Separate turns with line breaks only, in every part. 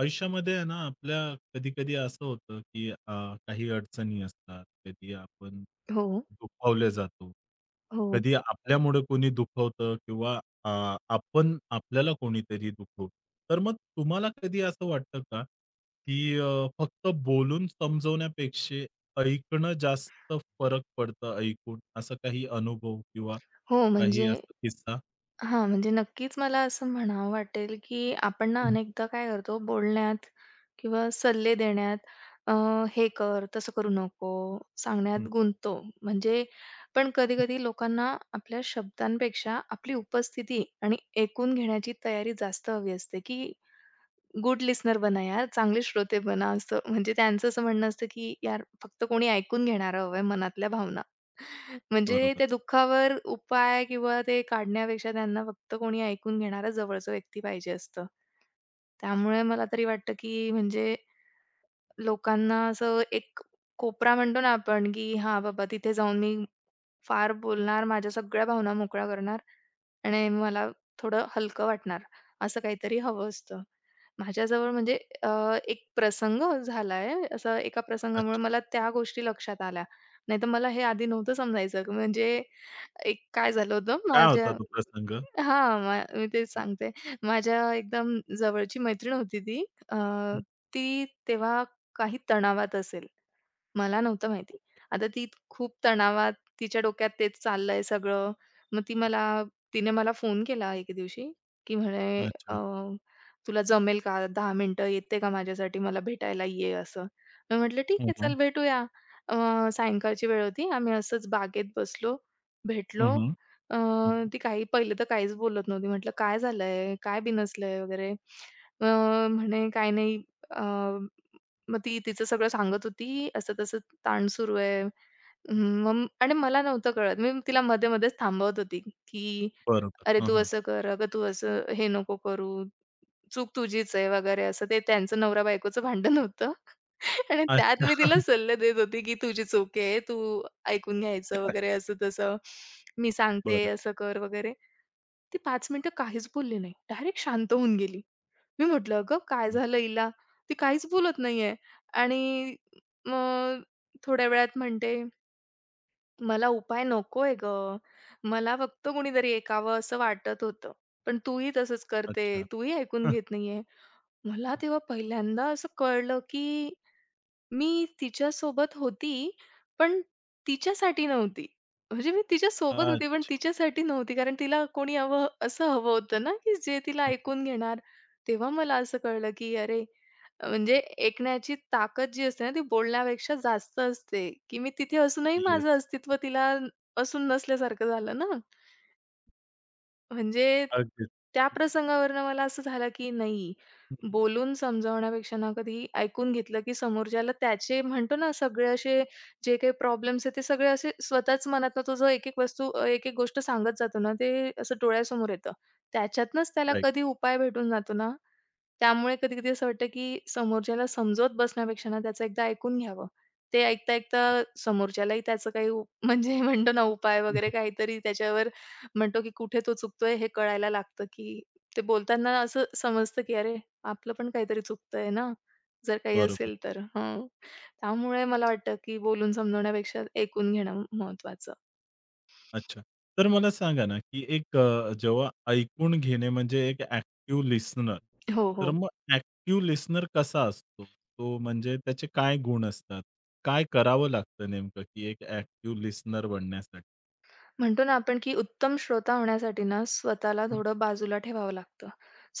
आयुष्यामध्ये आहे ना, आपल्या कधी-कधी असं होतं, की काही अडचणी असतात. कधी आपण
हो,
दुखावले जातो.
हो.
कधी आपल्यामुळे कोणी दुखवतं किंवा अ, आपण आपल्याला कोणीतरी दुखवतो. तर मग तुम्हाला कधी असं वाटतं का, की फक्त बोलून समजवण्यापेक्षा ऐकणं जास्त फरक पडतं ऐकून? असा काही अनुभव किंवा
हो,
काही
म्हणजे
असा किस्सा?
हां, म्हणजे नक्कीच मला असं म्हणावं वाटेल, की आपण ना
हं,
अनेकदा काय करतो बोलण्यात किंवा सल्ले देण्यात अ, हे कर, तसं करू नको सांगण्यात गुंततो. म्हणजे पण कधी-कधी लोकांना आपल्या शब्दांपेक्षा आपली उपस्थिती आणि ऐकून घेण्याची तयारी जास्त हवी असते, की गुड लिसनर बना यार, चांगले श्रोते बना, असं म्हणजे त्यांचं असं म्हणणं असतं, की यार फक्त कोणी ऐकून घेणारं हवंय मनातल्या भावना. म्हणजे
बरोबर.
त्या दुःखावर उपाय किंवा ते काढण्यापेक्षा त्यांना फक्त कोणी ऐकून घेणारा जवळचा व्यक्ती पाहिजे असतं. त्यामुळे मला तरी वाटतं, की म्हणजे लोकांना असं एक कोपरा म्हणतो ना आपण, की हां, बाबा तिथे जाऊन मी फार बोलणार, माझ्या सगळ्या भावना मोकळ्या करणार आणि मला थोडं हलकं वाटणार, असं काहीतरी हवं असतं. माझ्याजवळ म्हणजे अ, एक प्रसंग झालाय. असं एका प्रसंगामुळे
अच्छा.
मला त्या गोष्टी लक्षात आल्या. नाहीतर मला हे आधी नव्हतं समजायचं. म्हणजे एक काय झालं होतं
काय
माझ्या
होता तो प्रसंग?
हां, मी तेच
हं,
सांगते. माझ्या एकदम जवळची मैत्रीण होती ती. अ, ती तेव्हा काही तणावात असेल. मला नव्हतं माहिती. आता ती खूप तणावात, तिच्या डोक्यात तेच चाललंय सगळं. मग ती मला तिने मला फोन केला एके दिवशी, की म्हणे
अच्छा.
"तुला जमेल का? 10 मिनिटं येते का माझ्यासाठी? मला भेटायला ये." असं. मी म्हटलं, "ठीक
हं,
आहे,
हं.
चल भेटूया." अ, सायंकाळची वेळ होती. आम्ही असंच बागेत बसलो,
हं,
भेटलो.
हं.
अ,
हं.
ती काही पहिले तर काहीच बोलत नव्हती. म्हटलं, "काय झालंय? काय बिनसलंय?" वगैरे. अ, म्हणे, "काही नाही." मग ती तिचं सगळं सांगत होती, असं-तसं ताण सुरू आहे. मग आणि मला नव्हतं कळत. मी तिला मध्ये-मध्येच थांबवत होती, की
बरोबर.
"अरे,
हं,
तू
हं.
असं कर, अगं तू असं हे नको करू." चूक तुझीच आहे वगैरे असं ते त्यांचं नवरा-बायकोचं भांडण होतं. आणि त्यात मी
अच्छा.
तिला सल्ले देत होती, की तुझी चूक आहे, तू ऐकून घ्यायचं वगैरे असं-तसं. मी सांगते
बरं.
असं कर वगैरे. ती 5 मिनिटं काहीच बोलली नाही. डायरेक्ट शांत होऊन गेली. मी म्हटलं, "अगं काय
हं.
झालं हिला? ती काहीच बोलत नाहीये." आणि मग थोड्या वेळात म्हणते, "मला उपाय नकोय गं. मला फक्त कुणीतरी ऐकावं असं वाटत होतं. पण तूही तसंच करते.
अच्छा.
तूही ऐकून
हं.
घेत नाहीये." मला तेव्हा पहिल्यांदा असं कळलं, की मी तिच्या सोबत होती, पण तिच्यासाठी नव्हती. म्हणजे मी तिच्यासोबत होती, पण
अच्छा.
तिच्यासाठी नव्हती. कारण तिला कोणी हवं असं हवं होतं ना, की जे तिला
हं, हं.
ऐकून घेणार. तेव्हा मला असं कळलं, की अरे, म्हणजे ऐकण्याची ताकद जी असते ना, ती बोलण्यापेक्षा जास्त असते, की मी तिथे असूनही
येस.
माझं अस्तित्व तिला असून नसल्यासारखं झालं ना. म्हणजे
अगदीच.
त्या प्रसंगावरून मला असं झालं, की नाही
हं, हं.
बोलून समजावण्यापेक्षा ना कधी ऐकून घेतलं, की समोरच्याला त्याचे म्हणतो ना सगळे असे जे काही प्रॉब्लेम्स आहेत ते सगळे असे स्वतःच मनातनं तो जो एक-एक वस्तू एक-एक गोष्ट सांगत जातो ना, ते असं डोळ्यासमोर येतं. त्याच्यातनंच त्याला
राइट.
कधी उपाय भेटून जातो ना, त्यामुळे कधी-कधी असं वाटतं, की समोरच्याला समजवत बसण्यापेक्षा ना त्याचं एकदा ऐकून घ्यावं. ते ऐकता-ऐकता समोरच्यालाही त्याचं काही म्हणजे म्हणतो ना उपाय वगैरे काहीतरी त्याच्यावर म्हणतो की कुठे तो चुकतोय हे कळायला लागतं, की ते बोलताना असं समजतं की "अरे, आपलं पण काहीतरी चुकतंय ना?" जर काही
बरोबर.
असेल तर. हं. त्यामुळे मला वाटतं की बोलून समजवण्यापेक्षा ऐकून घेणं महत्त्वाचं.
अच्छा. तर मला सांगा ना, की एक जेव्हा ऐकून घेणे म्हणजे एक ॲक्टिव्ह लिसनर.
हो,
तर
हो.
मग ॲक्टिव्ह लिसनर कसा असतो? तो म्हणजे त्याचे काय गुण असतात? काय करावं लागतं नेमकं, की एक ॲक्टिव्ह लिसनर बनण्यासाठी?
म्हणतो ना आपण, की उत्तम श्रोता होण्यासाठी ना, स्वतःला
हं.
थोडं बाजूला ठेवावं लागतं.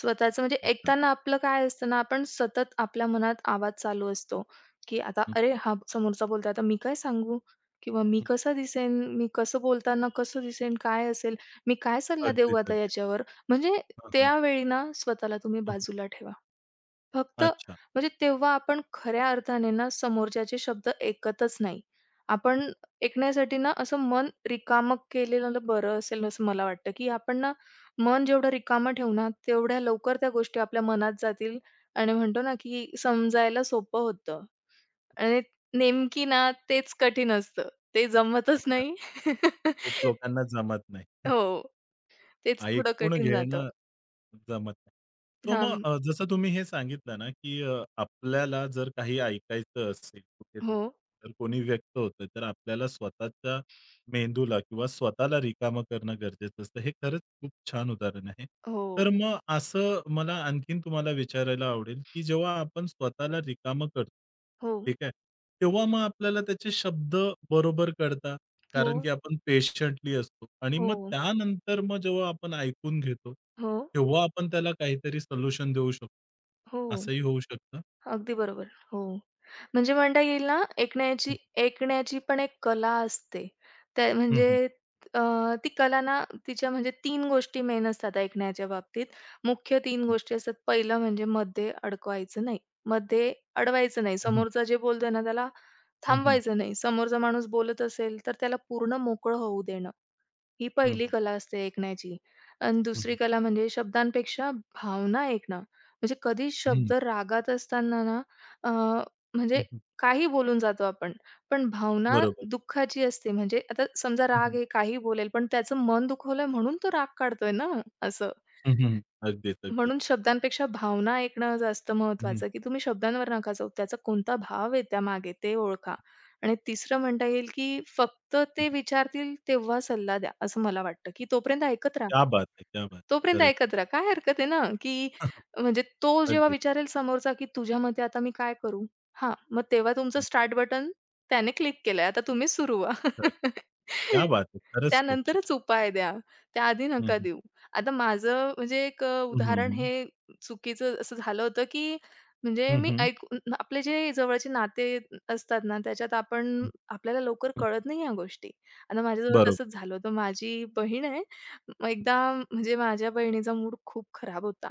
स्वतःचं म्हणजे
अच्छा.
ऐकताना आपलं काय असतं ना, आपण सतत आपल्या मनात आवाज चालू असतो, की आता
हं,
"अरे, हा समोरचा बोलतोय, आता मी काय सांगू? किंवा मी
हं.
कसा दिसेन? मी कसं बोलताना कसं दिसेन? काय असेल? मी काय सल्ला देऊ
अगदीच,
आता
अगदीच.
याच्यावर?" म्हणजे
हां,
त्यावेळी ना, स्वतःला तुम्ही
हं.
बाजूला ठेवा. फक्त
अच्छा,
म्हणजे तेव्हा आपण खऱ्या अर्थाने ना समोरच्याचे शब्द ऐकतच नाही. आपण ऐकण्यासाठी ना असं मन रिकामं केलेलं बरं असेल असं मला वाटतं, की आपण ना मन जेवढं रिकामं ठेवू ना, तेवढ्या लवकर त्या गोष्टी आपल्या मनात जातील आणि म्हणतो ना, की समजायला सोपं होतं आणि नेमकी ना तेच कठीण असतं. ते जमतच
अच्छा.
नाही.
खूप लोकांना जमत नाही.
हो, तेच थोडं
ऐकून
कठीण जातं.
घेणं जमत नाही. तर
हां,
मग जसं तुम्ही हे सांगितलं ना, की आपल्याला जर काही ऐकायचं असेल कुठेतरी,
हो,
तर कोणी व्यक्त होतं, तर आपल्याला स्वतःच्या मेंदूला किंवा स्वतःला रिकामं करणं गरजेचं असतं. हे खरंच खूप छान उदाहरण आहे. तर
हो,
मग असं मला आणखीन तुम्हाला विचारायला आवडेल, की जेव्हा आपण स्वतःला रिकामं करतो,
हो,
ठीक आहे. तेव्हा मग आपल्याला त्याचे शब्द बरोबर कळतात.
हो,
कारण की आपण पेशंटली असतो आणि मग
हो,
त्यानंतर मग जेव्हा आपण ऐकून घेतो,
हो,
तेव्हा आपण त्याला काहीतरी सोल्युशन देऊ शकतो.
हो.
असंही होऊ शकतं.
अगदी बरोबर. हो. म्हणजे म्हणता येईल ना, ऐकण्याची ऐकण्याची पण एक कला असते. त्या
हं, हं,
म्हणजे अ, ती कला ना तिच्या म्हणजे 3 गोष्टी मेन असतात ऐकण्याच्या बाबतीत. मुख्य तीन
हं,
गोष्टी असतात. पहिलं म्हणजे मध्ये अडकवायचं नाही. मध्ये अडवायचं नाही.
हं, हं,
समोरचा जे बोलतोय ना त्याला
हं, हं,
थांबवायचं नाही. समोरचा माणूस बोलत असेल, तर त्याला पूर्ण मोकळं होऊ देणं. ही
हं,
पहिली कला असते ऐकण्याची. आणि
हं,
दुसरी कला म्हणजे शब्दांपेक्षा भावना ऐकणं. म्हणजे कधी शब्द रागात असताना ना अ, म्हणजे काही बोलून जातो आपण. पण भावना
बरोबर.
दुःखाची असते. म्हणजे आता समजा राग आहे, काही बोलेल, पण त्याचं मन दुखवलंय म्हणून तो राग काढतोय ना, असं.
हं, हं. अगदीच, अगदीच.
म्हणून शब्दांपेक्षा भावना ऐकणं जास्त
हं, हं.
महत्त्वाचं, की तुम्ही शब्दांवर नका जाऊ. त्याचा कोणता भाव आहे त्यामागे ते ओळखा. आणि तिसरं म्हणता येईल, की फक्त ते विचारतील तेव्हा सल्ला द्या, असं मला वाटतं, की तोपर्यंत ऐकत राहा.
क्या बात है! क्या बात है!
तोपर्यंत
खरंच.
ऐकत राहा. काय हरकत आहे ना, की म्हणजे तो जेव्हा
अगदीच.
विचारेल समोरचा, की "तुझ्या मते आता मी काय करू?" हां, मग तेव्हा तुमचं
हं,
स्टार्ट बटन त्याने क्लिक केलंय. आता तुम्ही सुरू व्हा.
खरं. क्या बात है! खरंच खूप छान.
त्यानंतरच उपाय द्या. त्याआधी
हं,
नका
हं.
देऊ. आता माझं म्हणजे एक
हं, हं,
उदाहरण हे
हं.
चुकीचं असं झालं होतं, की म्हणजे
हं,
मी
हं.
ऐकून आपले जे जवळचे नाते असतात ना, त्याच्यात आपण
हं,
आपल्याला लवकर
हं.
कळत नाही ह्या गोष्टी. आता माझ्याजवळ
बरोबर.
तसंच झालं होतं. माझी बहीण आहे मग एकदा म्हणजे माझ्या बहिणीचा मूड खूप खराब होता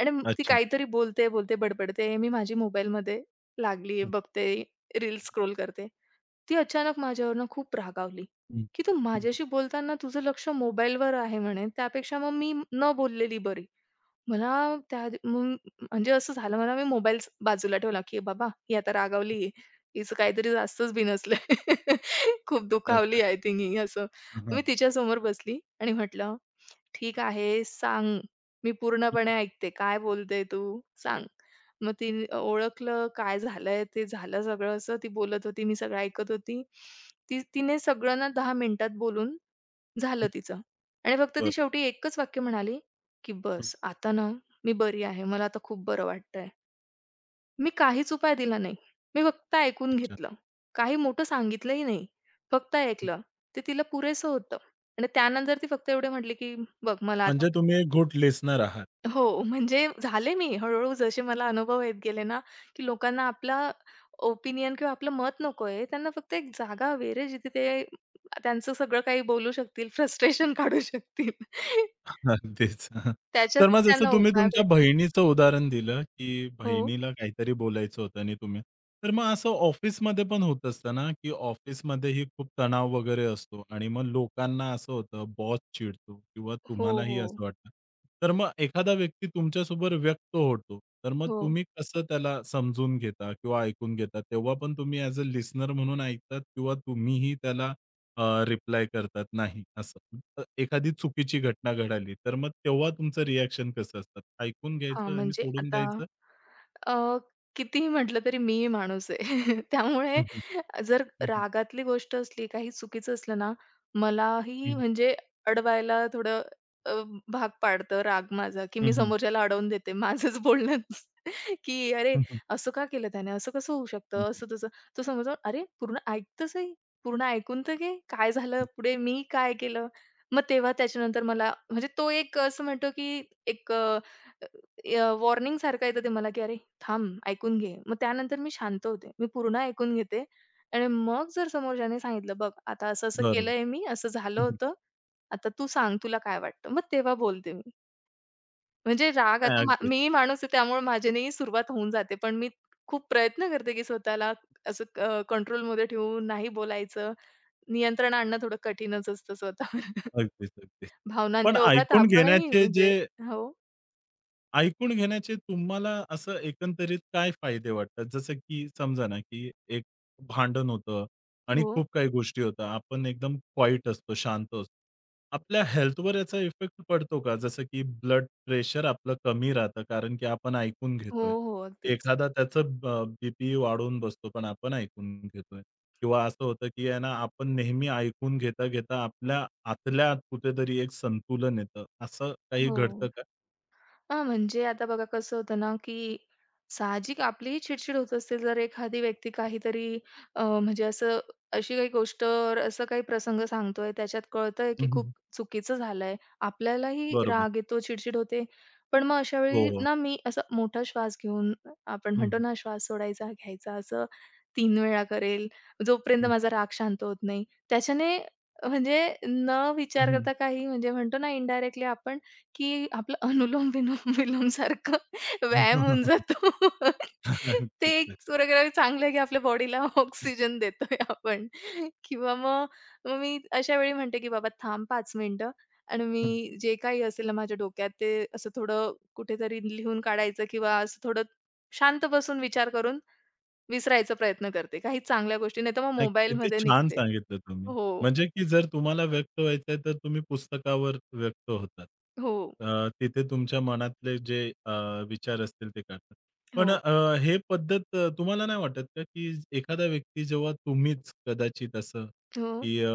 आणि मग ती
अच्छा.
काहीतरी बोलते, बोलते, बडबडते. मी माझी मोबाईलमध्ये लागली,
हं,
बघते, रील्स स्क्रोल करते. ती अचानक माझ्यावरनं खूप रागावली,
हं.
की "तू
हं.
माझ्याशी बोलताना तुझं लक्ष मोबाईलवर आहे म्हणे, त्यापेक्षा मग मी न बोललेली बरी." मला त्या आधी मग म्हणजे असं झालं मला मी मोबाईलच बाजूला ठेवला, की "बाबा ही आता रागावली. हिचं काहीतरी जास्तच बिनसलंय. खूप
अच्छा.
दुखावली आय थिंक ही." असं.
हां,
मी
हां.
तिच्यासमोर बसली आणि म्हटलं, "ठीक आहे, सांग. मी पूर्णपणे ऐकते. काय बोलते तू? सांग." मग तिने ओळखलं काय झालंय ते झालं सगळं असं. ती बोलत होती, मी सगळं ऐकत होती. तिने सगळं ना 10 मिनिटात बोलून
हं.
झालं तिचं आणि फक्त ती
बरोबर.
शेवटी एकच वाक्य म्हणाली, की
हं.
"बस आता ना मी बरी आहे. मला आता खूप बरं वाटतंय." मी काहीच उपाय दिला नाही. मी फक्त ऐकून
अच्छा.
घेतलं. काही मोठं सांगितलंही नाही. फक्त
हं.
ऐकलं. ते तिला पुरेसं होतं आणि त्यानंतर ती फक्त एवढे म्हटले, की "बघ मला आता."
म्हणजे तुम्ही एक गुड लिस्टनर आहात.
हो, म्हणजे झाले मी. हळू जसे मला अनुभव येत गेले ना, की लोकांना आपला ओपिनियन किंवा आपलं मत नकोय. त्यांना फक्त एक जागा हवी रे, जिथे ते त्यांचं सगळं काही बोलू शकतील, फ्रस्ट्रेशन काढू शकतील.
अगदीच. तर
त्याच्यातच
मग जसं
त्यांना
तुम्ही
उपाय
तुमच्या
भेटतो.
बहिणीचं उदाहरण दिलं, की
हो.
बहिणीला काहीतरी बोलायचं होतं आणि तुम्ही तर मग असं ऑफिसमध्ये पण होत असतं ना, की ऑफिसमध्येही खूप तणाव वगैरे असतो आणि मग लोकांना असं होतं, बॉस चिडतो किंवा
हो,
तुम्हालाही
हो.
असं वाटतं. तर मग एखादा व्यक्ती तुमच्यासोबत व्यक्त होतो, तर मग
हो.
तुम्ही कसं त्याला समजून घेता किंवा ऐकून घेता? तेव्हा पण तुम्ही ॲज अ लिसनर म्हणून ऐकतात किंवा तुम्हीही त्याला रिप्लाय करतात नाही असं. एखादी चुकीची घटना घडाली, तर मग तेव्हा तुमचं रिएक्शन कसं असतं? ऐकून
हां,
घ्यायचं आणि
म्हणजे
सोडून
आता
द्यायचं?
अ, कितीही म्हटलं तरी मी माणूस आहे. त्यामुळे
हं. हं,
जर
हं.
रागातली गोष्ट असली, काही चुकीचं असलं ना, मलाही
हं,
म्हणजे अडवायला थोडं अ, भाग पाडतं राग माझा, की
हं,
मी
हं.
समोरच्याला अडवून देते. माझंच बोलणं की "अरे,
हं, हं.
असं का केलं त्याने? असं कसं होऊ
हं,
शकतं?"
हं.
असं-तसं. तो समोर "अरे, पूर्ण ऐकून तर घे. काय झालं पुढे? मी काय केलं?" मग तेव्हा त्याच्यानंतर मला म्हणजे तो एक असं म्हणतो की एक वॉर्निंग सारखं येतं ते मला, की "अरे थांब, ऐकून घे." मग त्यानंतर मी शांत होते. मी पूर्ण ऐकून घेते आणि मग जर समोरच्याने सांगितलं, "बघ आता असं-असं
बरोबर.
केलंय मी, असं झालं
हं, हं.
होतं. आता तू सांग तुला काय वाटतं?" मग तेव्हा बोलते मी. म्हणजे राग
नाही
आता
अगदीच,
मीही माणूस आहे त्यामुळे माझ्यानेही सुरुवात होऊन जाते. पण मी खूप प्रयत्न करते, की स्वतःला असं कंट्रोलमध्ये ठेवून नाही बोलायचं. नियंत्रण आणणं थोडं कठीणच असतं स्वतःवर.
अगदीच, अगदीच. पण
भावनांच्या ओघात
ऐकून
आपणही
घेण्याचे
म्हणजे
जे
हो,
ऐकून घेण्याचे तुम्हाला असं एकंदरीत काय फायदे वाटतात? जसं की समजा ना, की एक भांडण होतं आणि
हो.
खूप काही गोष्टी होतात. आपण एकदम क्वाईट असतो, शांत असतो. आपल्या हेल्थवर याचा इफेक्ट पडतो का? जसं की ब्लड प्रेशर आपलं कमी राहतं कारण की आपण ऐकून
हो,
घेतोय.
हो. अगदीच.
एखादा त्याचं वाढून बसतो, पण आपण ऐकून घेतोय. किंवा असं होतं, की आहे ना, आपण नेहमी ऐकून घेता-घेता आपल्या आतल्या आत कुठेतरी एक संतुलन येतं. असं काही
हो.
घडतं का?
हां, म्हणजे आता बघा कसं होतं ना, की साहजिक आपलीही चिड-चिड होत असते. जर एखादी व्यक्ती काहीतरी म्हणजे असं अशी काही गोष्ट असा काही प्रसंग सांगतोय, त्याच्यात कळतंय की खूप चुकीचं झालंय. आपल्यालाही
बरोबर.
राग येतो, चिड-चिड होते. पण मग अशा
हो,
वेळी
हो.
ना, मी असा मोठा श्वास घेऊन आपण
हं,
म्हणतो
हं.
ना, श्वास सोडायचा, घ्यायचा असं 3 वेळा करेल, जोपर्यंत माझा राग शांत होत नाही. त्याच्याने म्हणजे न
हं,
विचार
हं.
करता काही म्हणजे म्हणतो ना, इनडायरेक्टली आपण की आपलं अनुलोम-विलोम विलोम विलोम सारखं व्यायाम होऊन जातो. ते एक सूर्यग्रहण चांगलं आहे की आपल्या बॉडीला ऑक्सिजन देतोय आपण किंवा मग मग मी अशा वेळी म्हणते की "बाबा थांब 5 मिनिटं" आणि मी जे काही असेल ना माझ्या डोक्यात ते असं थोडं कुठेतरी लिहून काढायचं किंवा असं थोडं शांत बसून विचार करून विसरायचा प्रयत्न करते. काही चांगल्या गोष्टी नाहीतर मग
नाही, किती
मोबाईलमध्ये
छान
निघते.
सांगितलं तुम्ही.
हो,
म्हणजे की जर तुम्हाला व्यक्त व्हायचंय, तर तुम्ही पुस्तकावर व्यक्त होतात.
हो,
तिथे तुमच्या मनातले जे अ, विचार असतील ते काढतात. पण
हो,
हे पद्धत तुम्हाला नाही वाटत का, की एखादा व्यक्ती जेव्हा तुम्हीच कदाचित असं,
हो,
की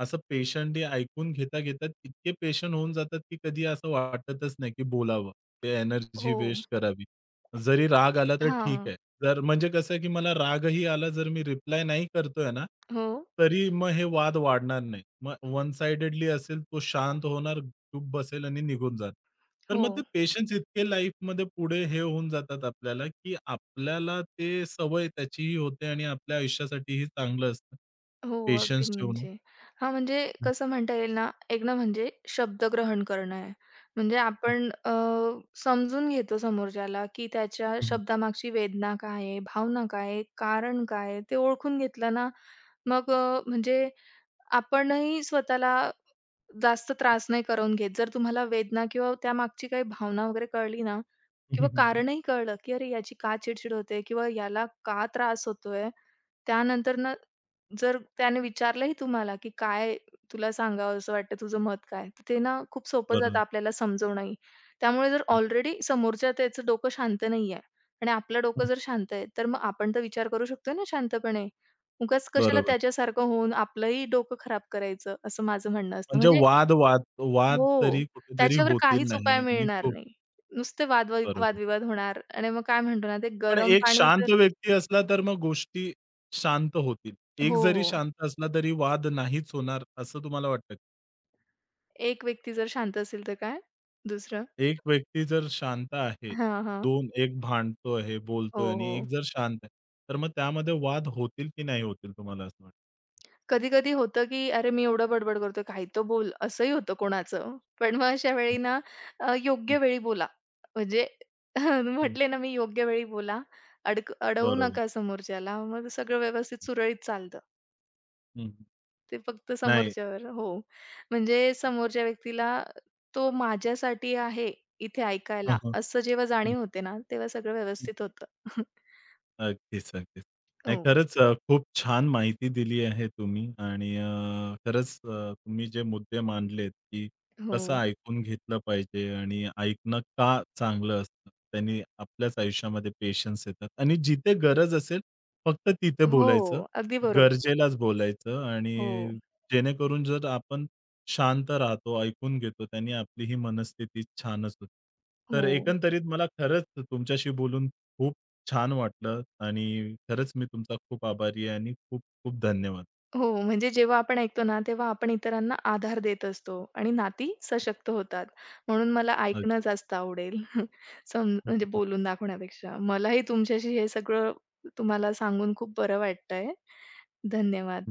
असं पेशंटली ऐकून घेता-घेता इतके पेशंट होऊन जातात, की कधी असं वाटतच नाही, की बोलावं. ते एनर्जी
हो.
वेस्ट करावी. जरी राग आला तर ठीक
हां.
आहे. जर म्हणजे कसं आहे, की मला रागही आला जर मी रिप्लाय नाही करतोय ना,
हो,
तरी मग हे वाद वाढणार नाही. मग वन साइडेडली असेल तो शांत होणार, चुप बसेल आणि निघून जाणार. तर
हो.
मग ते पेशन्स इतके लाईफमध्ये पुढे हे होऊन जातात आपल्याला, की आपल्याला ते सवय त्याचीही होते आणि आपल्या आयुष्यासाठीही चांगलं असतं.
हो, अगदी
पेशन्स ठेवणं.
म्हणजे हां, म्हणजे कसं म्हणता येईल ना, एक ना म्हणजे शब्दग्रहण करणं आहे. म्हणजे
हं,
आपण समजून घेतो समोरच्याला, की त्याच्या
हं,
शब्दामागची वेदना काय आहे, भावना काय आहे, कारण काय आहे, ते ओळखून घेतलं ना, मग म्हणजे आपणही स्वतःला जास्त त्रास नाही करून घेत. जर तुम्हाला वेदना किंवा त्यामागची काही भावना वगैरे कळली ना किंवा
हं,
कारणही कळलं, की अरे याची का चिडचिड होते किंवा याला का त्रास होतोय? त्यानंतर ना, जर त्याने विचारलंही तुम्हाला, की "काय तुला सांगावसं वाटतं? तुझं मत काय?" तर ते ना खूप सोपं जातं
बरोबर.
आपल्याला समजवणंही. त्यामुळे जर
हं,
ऑलरेडी समोरच्या त्याचं डोकं शांत नाहीये आणि आपलं डोकं जर शांत आहे, तर मग आपण तर विचार करू शकतो ना शांतपणे. उगाच कशाला
बरोबर.
त्याच्यासारखं होऊन आपलंही डोकं खराब करायचं, असं माझं म्हणणं असतं.
म्हणजे
म्हणजे
वाद वाद वाद
हो,
तरी कुठेतरी
त्याच्यावर
होतील
काहीच
नाही
उपाय
आणि
मिळणार नाही. नुसते
बरोबर.
वादविवाद होणार आणि मग काय म्हणतो ना, ते
पण
गरम
एक
पाणी तर
शांत व्यक्ती असला तर मग गोष्टी शांत होतील. एक
हो,
जरी
हो.
शांत असला तरी वाद नाहीच होणार असं तुम्हाला वाटतं का?
एक व्यक्ती जर शांत असेल तर काय? दुसरं
एक व्यक्ती जर शांत आहे,
हां, हां.
2 एक भांडतो आहे,
हो,
बोलतोय आणि एक
हो.
जर शांत आहे, तर मग त्यामध्ये वाद होतील की नाही होतील तुम्हाला असं वाटतं?
कधी-कधी होतं, की "अरे, मी एवढं बडबड करतोय, काही तो बोल." असंही होतं कोणाचं. पण मग अशा वेळी ना
हं,
योग्य वेळी बोला. म्हणजे
हं.
म्हटले ना मी, योग्य वेळी बोला. अडवू
बरोबर.
नका समोरच्याला. मग सगळं व्यवस्थित सुरळीत चालतं.
हं.
ते फक्त
नाही.
समोरच्यावर हो. म्हणजे समोरच्या व्यक्तीला तो माझ्यासाठी आहे इथे
हं,
ऐकायला,
हं.
असं जेव्हा
हं.
जाणीव होते ना, तेव्हा सगळं व्यवस्थित होतं.
अगदीच, अगदीच. नाही
हो,
खरंच खूप छान माहिती दिली आहे तुम्ही आणि खरंच तुम्ही जे मुद्दे मांडलेत, की
हो.
कसं ऐकून घेतलं पाहिजे आणि ऐकणं का चांगलं असतं. त्याने आपल्याच आयुष्यामध्ये पेशन्स येतात आणि जिथे गरज असेल फक्त तिथे
हो,
बोलायचं.
अगदी बरोबर.
गरजेलाच बोलायचं आणि
हो,
जेणेकरून जर आपण शांत राहतो, ऐकून घेतो, त्याने आपली ही मनस्थिती छानच होते. तर
हो,
एकंदरीत मला खरंच तुमच्याशी बोलून खूप छान वाटलं आणि खरंच मी तुमचा खूप आभारी आहे आणि खूप खूप धन्यवाद.
हो. म्हणजे जेव्हा आपण ऐकतो ना, तेव्हा आपण इतरांना आधार देत असतो आणि नाती सशक्त होतात. म्हणून मला ऐकणं
अगदी.
जास्त आवडेल. सम म्हणजे बोलून दाखवण्यापेक्षा. मलाही तुमच्याशी हे सगळं तुम्हाला सांगून खूप बरं वाटतंय. धन्यवाद.